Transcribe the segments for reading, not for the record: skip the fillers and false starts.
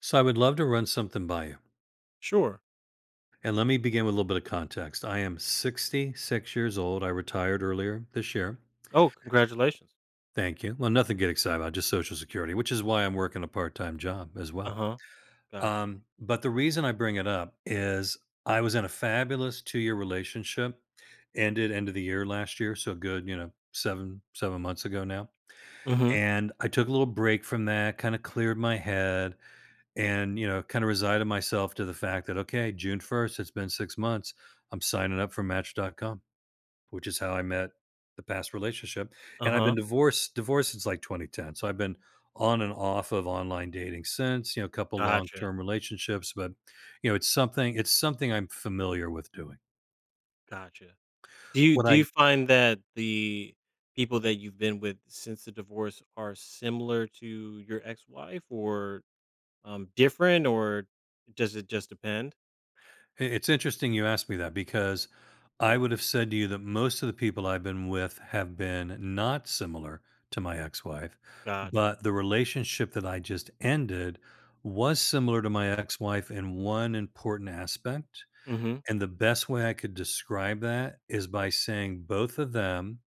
So I would love to run something by you. Sure. And let me begin with a little bit of context. I am 66 years old. I retired earlier this year. Oh, congratulations. Thank you. Well, nothing to get excited about, just Social Security, which is why I'm working a part time job as well. Uh-huh. Gotcha. But the reason I bring it up is I was in a fabulous 2-year relationship, ended end of the year last year. So good, 7 months ago now. Mhm. And I took a little break from that, kind of cleared my head, and kind of resided myself to the fact that, okay, june 1st it's been 6 months, I'm signing up for match.com, which is how I met the past relationship. And I've been Uh-huh. divorced since like 2010, so I've been on and off of online dating since, a couple Gotcha. long-term relationships, but it's something I'm familiar with doing. Gotcha. Do you what do you i find that the people that you've been with since the divorce are similar to your ex-wife, or, different, or does it just depend? It's interesting you asked me that because I would have said to you that most of the people I've been with have been not similar to my ex wife, Gotcha. but the relationship that I just ended was similar to my ex wife in one important aspect. Mhm. And the best way I could describe that is by saying both of them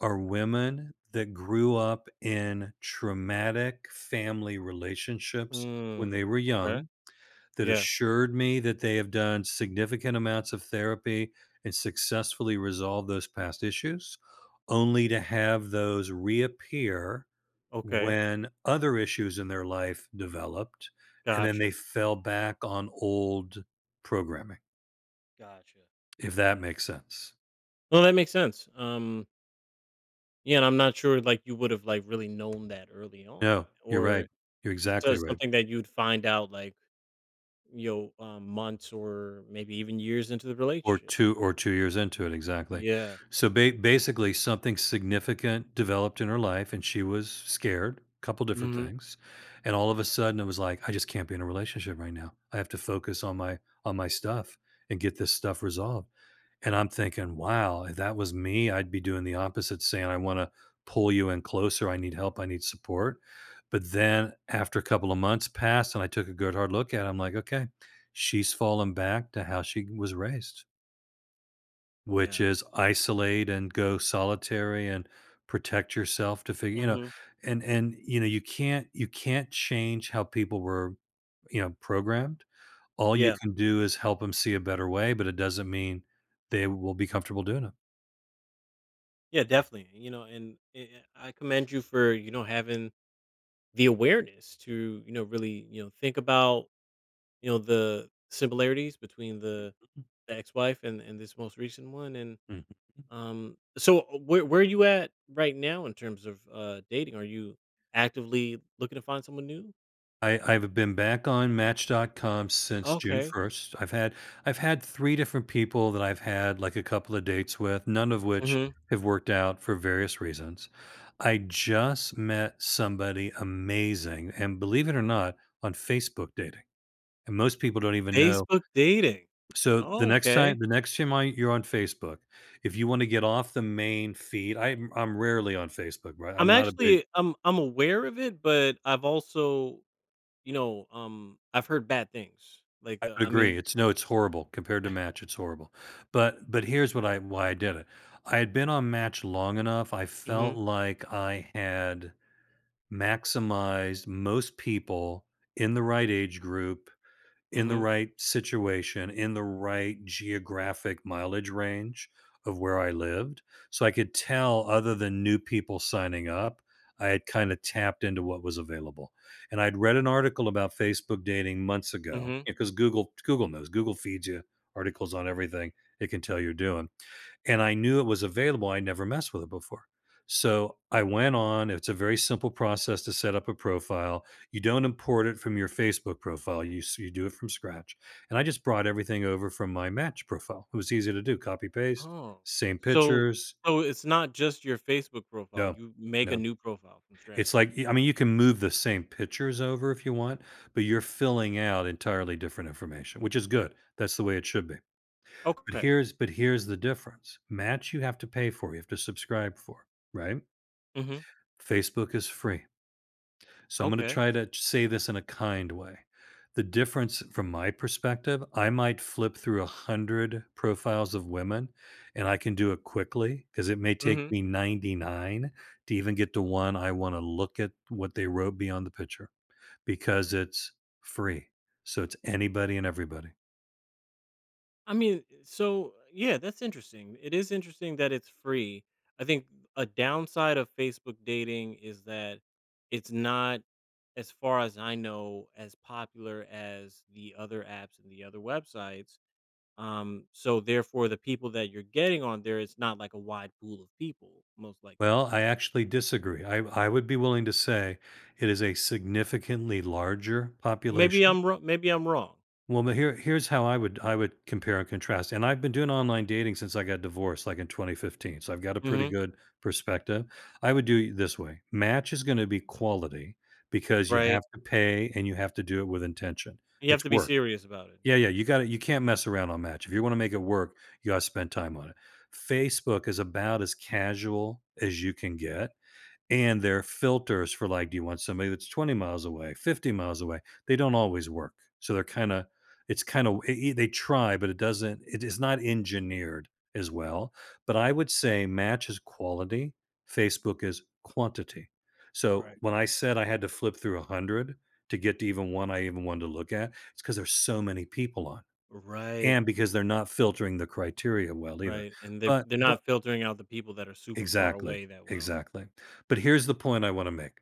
are women that grew up in traumatic family relationships when they Mm, were okay. young, that Yeah. assured me that they have done significant amounts of therapy and successfully resolved those past issues, only to have those reappear Okay. when other issues in their life developed, and then they Gotcha. fell back on old programming, Gotcha. if that makes sense. No, that makes sense. Yeah, and I'm not sure, like, you would have, like, really known that early on. No, you're right. Or You're it's exactly just right. something that you'd find out, like, months or maybe even years into the Or relationship. 2 or 2 years into it, exactly. Yeah. So, ba basically, something significant developed in her life, and she was scared. A couple different Mhm. things, and all of a sudden, it was like, "I just can't be in a relationship right now. I have to focus on my stuff and get this stuff resolved." And I'm thinking, "Wow, if that was me, I'd be doing the opposite, saying, 'I wanna pull you in closer. I need help. I need support.'" But then after a couple of months passed and I took a good hard look at it, I'm like, "Okay, she's fallen back to how she was raised," which Yeah. is isolate and go solitary and protect yourself to figure. you know Mhm. and and you can't change how people were, programmed. All you Yeah. can do is help them see a better way, but it doesn't mean they will be comfortable doing Yeah, definitely. You know, and I commend you for, you know, having the awareness to, you know, really, you know, think about, you know, the similarities between the ex-wife and this most recent one, and, it. So, where are you at right now in terms of, dating? Are you actively looking to find someone new? I've been back on Match.com since June Okay. 1st. I've had 3 different people that I've had, like, a couple of dates with, none of which Mhm. have worked out for various reasons. I just met somebody amazing, and believe it or not, on Facebook dating, and most people don't even know. Facebook Dating. So, Oh, okay. the next time, I you're on Facebook, if you wanna get off the main feed. I'm rarely on Facebook, right? I'm I'm not a big. actually I'm I'm aware of it, but I've also, I've heard bad things. Like, I would I agree. mean. It's, no, it's horrible compared to Match. It's horrible. But here's what I why I did it. I had been on Match long enough. I felt Mhm, like I had maximized most people in the right age group, in the mhm, right situation, in the right geographic mileage range of where I lived. So I could tell, other than new people signing up, I had kind of tapped into what was available. And I'd read an article about Facebook dating months ago mhm. because Google knows. Google feeds you articles on everything. It can tell you're doing. And I knew it was available, I never messed with it before. So, I went on, it's a very simple process to set up a profile. You don't import it from your Facebook profile, you do it from scratch, and I just brought everything over from my Match profile. It was easy to do, copy paste, Oh. same So pictures. so it's not just your Facebook profile, No, you make a no. new profile from It's scratch. like, I mean, you can move the same pictures over if you want, but you're filling out entirely different information, which is good. That's the way it should be. But Okay. here's but here's the difference. Match you have to pay for, you have to subscribe for, right? Mhm. Facebook is free. So I'm gonna Okay. try to say this in a kind way. The difference from my perspective, I might flip through 100 profiles of women, and I can do it quickly because it may take Mhm. me 99 to even get to one I wanna look at what they wrote beyond the picture, because it's free. So it's anybody and everybody. I mean, so yeah, that's interesting. It is interesting that it's free. I think a downside of Facebook dating is that it's not, as far as I know, as popular as the other apps and the other websites. So therefore, the people that you're getting on there, it's not like a wide pool of people, most likely. Well, I actually disagree. I would be willing to say it is a significantly larger Maybe population. I'm wrong. Maybe I'm wrong. Well, but here's how I would compare and contrast. And I've been doing online dating since I got divorced, like, in 2015. So I've got a pretty Hmm. good perspective. I would do it this way: match is going to be quality because you have Right. to pay and you have to do it with intention. You have It's to be work. serious about it. Yeah, yeah. You got to You can't mess around on match. If you want to make it work, you got to spend time on it. Facebook is about as casual as you can get, and their filters for, like, do you want somebody that's 20 miles away, 50 miles away? They don't always work. So they're kinda it's kinda, w e e they try, but it is not engineered as well. But I would say Match is quality, Facebook is quantity. So Right. when I said I had to flip through 100 to get to even one I even wanted to look at, it's because there's so many people on, Right. and because they're not filtering the criteria well either. Right. And they're they're But not filtering out the people that are super far Exactly, away that well. exactly. But here's the point I wanna make.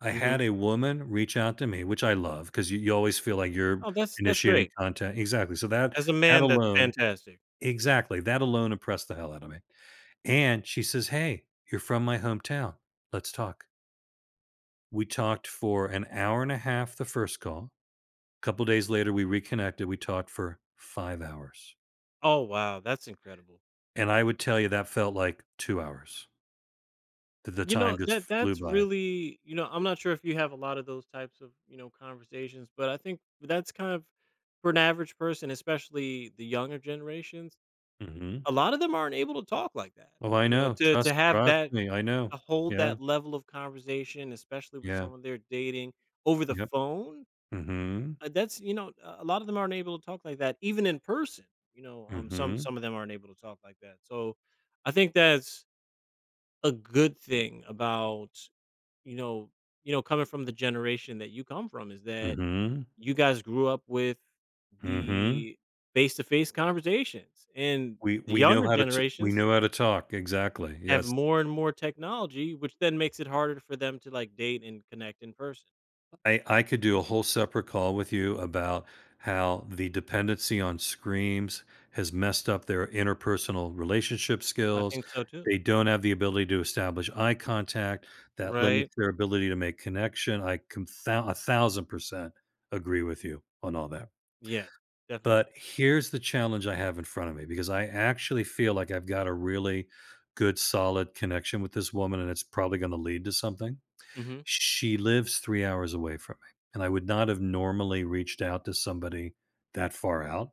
I had Mhm. a woman reach out to me, which I love, because you always feel like you're Oh, that's initiating great. contact, exactly, so that As a man, that's alone, fantastic. exactly, that alone impressed the hell out of me. And she says, "Hey, you're from my hometown. Let's talk." We talked for an hour and a half the first call. A couple days later, we reconnected, we talked for 5 hours. Oh, wow, that's incredible. And I would tell you that felt like 2 hours. The You know, time just that flew that's by. really, you know, I'm not sure if you have a lot of those types of, you know, conversations, but I think that's kind of, for an average person, especially the younger generations, Mhm. a lot of them aren't able to talk like that. Oh, I You know, know. To have Trust that, me, I know. to hold Yeah, that level of conversation, especially with yeah, someone they're dating over the yep. phone. Mhm, that's, you know, a lot of them aren't able to talk like that even in person, some mhm, some of them aren't able to talk like that. So I think that's a good thing about, you know, you know, coming from the generation that you come from, is that mhm, you guys grew up with mhm. the face-to-face conversations, and We the we younger know how to t we generations know how to talk, exactly, have yes. more and more technology, which then makes it harder for them to like date and connect in person. I could do a whole separate call with you about how the dependency on screens has messed up their interpersonal relationship I skills. think so too. They don't have the ability to establish eye contact, that limits Right? their ability to make connection. I can thou 1,000% agree with you on all that. Yeah, definitely. But here's the challenge I have in front of me, because I actually feel like I've got a really good, solid connection with this woman, and it's probably going to lead to something. Mhm. She lives 3 hours away from me, and I would not have normally reached out to somebody that far out,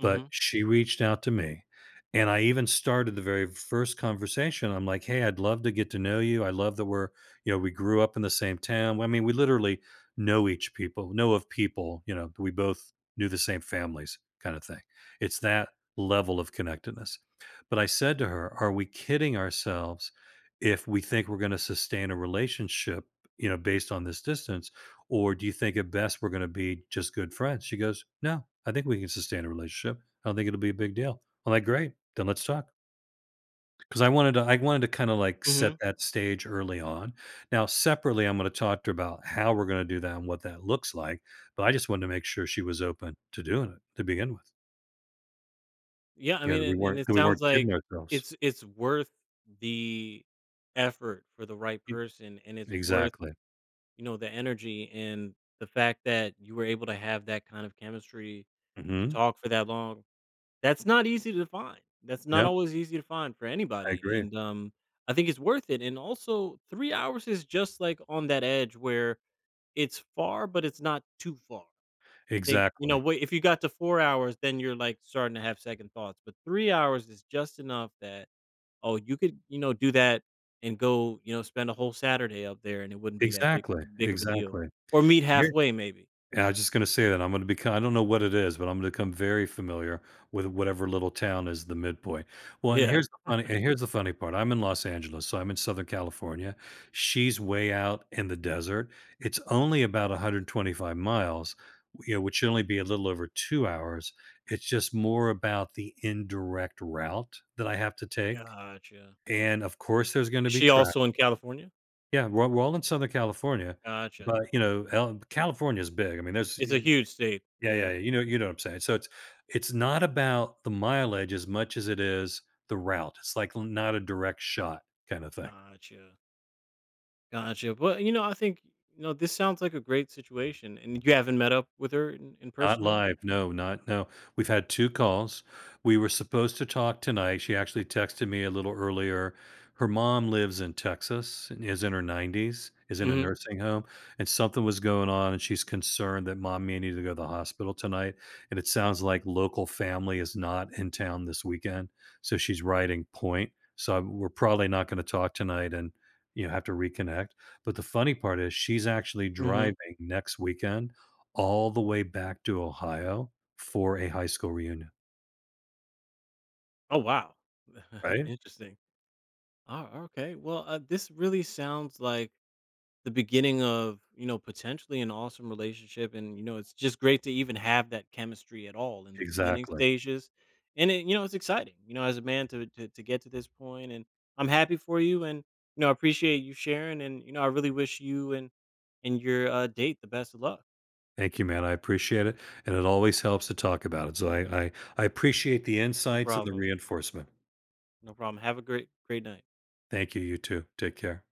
but she reached out to me, and I even started the very first conversation, I'm like, "Hey, I'd love to get to know you, I love that we're," you know, we grew up in the same town. I mean, we literally know each people know of people, you know, we both knew the same families kinda thing. It's that level of connectedness. But I said to her, "Are we kidding ourselves if we think we're gonna sustain a relationship, you know, based on this distance? Or do you think at best we're going to be just good friends?" She goes, "No, I think we can sustain a relationship. I don't think it'll be a big deal." I'm like, "Great, then let's talk." Because I wanted to kind of like set Mhm. that stage early on. Now, separately, I'm going to talk to her about how we're going to do that and what that looks like. But I just wanted to make sure she was open to doing it to begin with. Yeah, I You know, mean, and that it we sounds weren't kidding like ourselves. It's worth the effort for the right E- person, and it's worth, Exactly. you know, the energy, and the fact that you were able to have that kind of chemistry to Hmm. talk for that long. That's not easy to find. That's not No, always easy to find for I anybody, agree. and, I think it's worth it, and also 3 hours is just, like, on that edge where it's far, but it's not too far. I think, you know, Exactly. wait, if you got to 4 hours, then you're, like, starting to have second thoughts, but 3 hours is just enough that, oh, you could, you know, do that and go, you know, spend a whole Saturday up there, and it wouldn't be that big Exactly. big of a deal, Exactly. or meet halfway maybe. Yeah, I am just gonna say that I'm gonna become, I don't know what it is, but I'm gonna become very familiar with whatever little town is the midpoint. Well, and Yeah, here's the funny and here's the funny part. I'm in Los Angeles, so I'm in Southern California. She's way out in the desert. It's only about 125 miles, you know, which should only be a little over 2 hours. It's just more about the indirect route that I have to take. gotcha. And of course there's gonna Is be she traffic. also in California? Yeah, we're all in Southern California. Gotcha. But you know, California is big. I mean, there's, It's a huge state. yeah, Yeah, yeah, yeah. You know what I'm saying. So it's not about the mileage as much as it is the route. It's like not a direct shot kinda thing. gotcha, gotcha, but, you know, I think, you know, this sounds like a great situation, and you haven't met up with her in Not person yet? live, no, not no. We've had 2 calls. We were supposed to talk tonight. She actually texted me a little earlier. Her mom lives in Texas and is in her 90s, is in a Mhm, nursing home, and something was going on, and she's concerned that mom may need to go to the hospital tonight, and it sounds like local family is not in town this weekend, so she's writing point. So, we're probably not gonna talk tonight and, you know, have to reconnect, but the funny part is she's actually driving mhm. next weekend all the way back to Ohio for a high school reunion, Oh, wow. right? Interesting. Oh, okay. Well, this really sounds like the beginning of, you know, potentially an awesome relationship. And, you know, it's just great to even have that chemistry at all in the beginning Exactly. stages. And, it, you know, it's exciting, you know, as a man to get to this point. And I'm happy for you. And, you know, I appreciate you sharing. And, you know, I really wish you and your date the best of luck. Thank you, man. I appreciate it, and it always helps to talk about it. So I appreciate the No insights and the problem. reinforcement. No problem. Have a great, great night. Thank you. You too. Take care.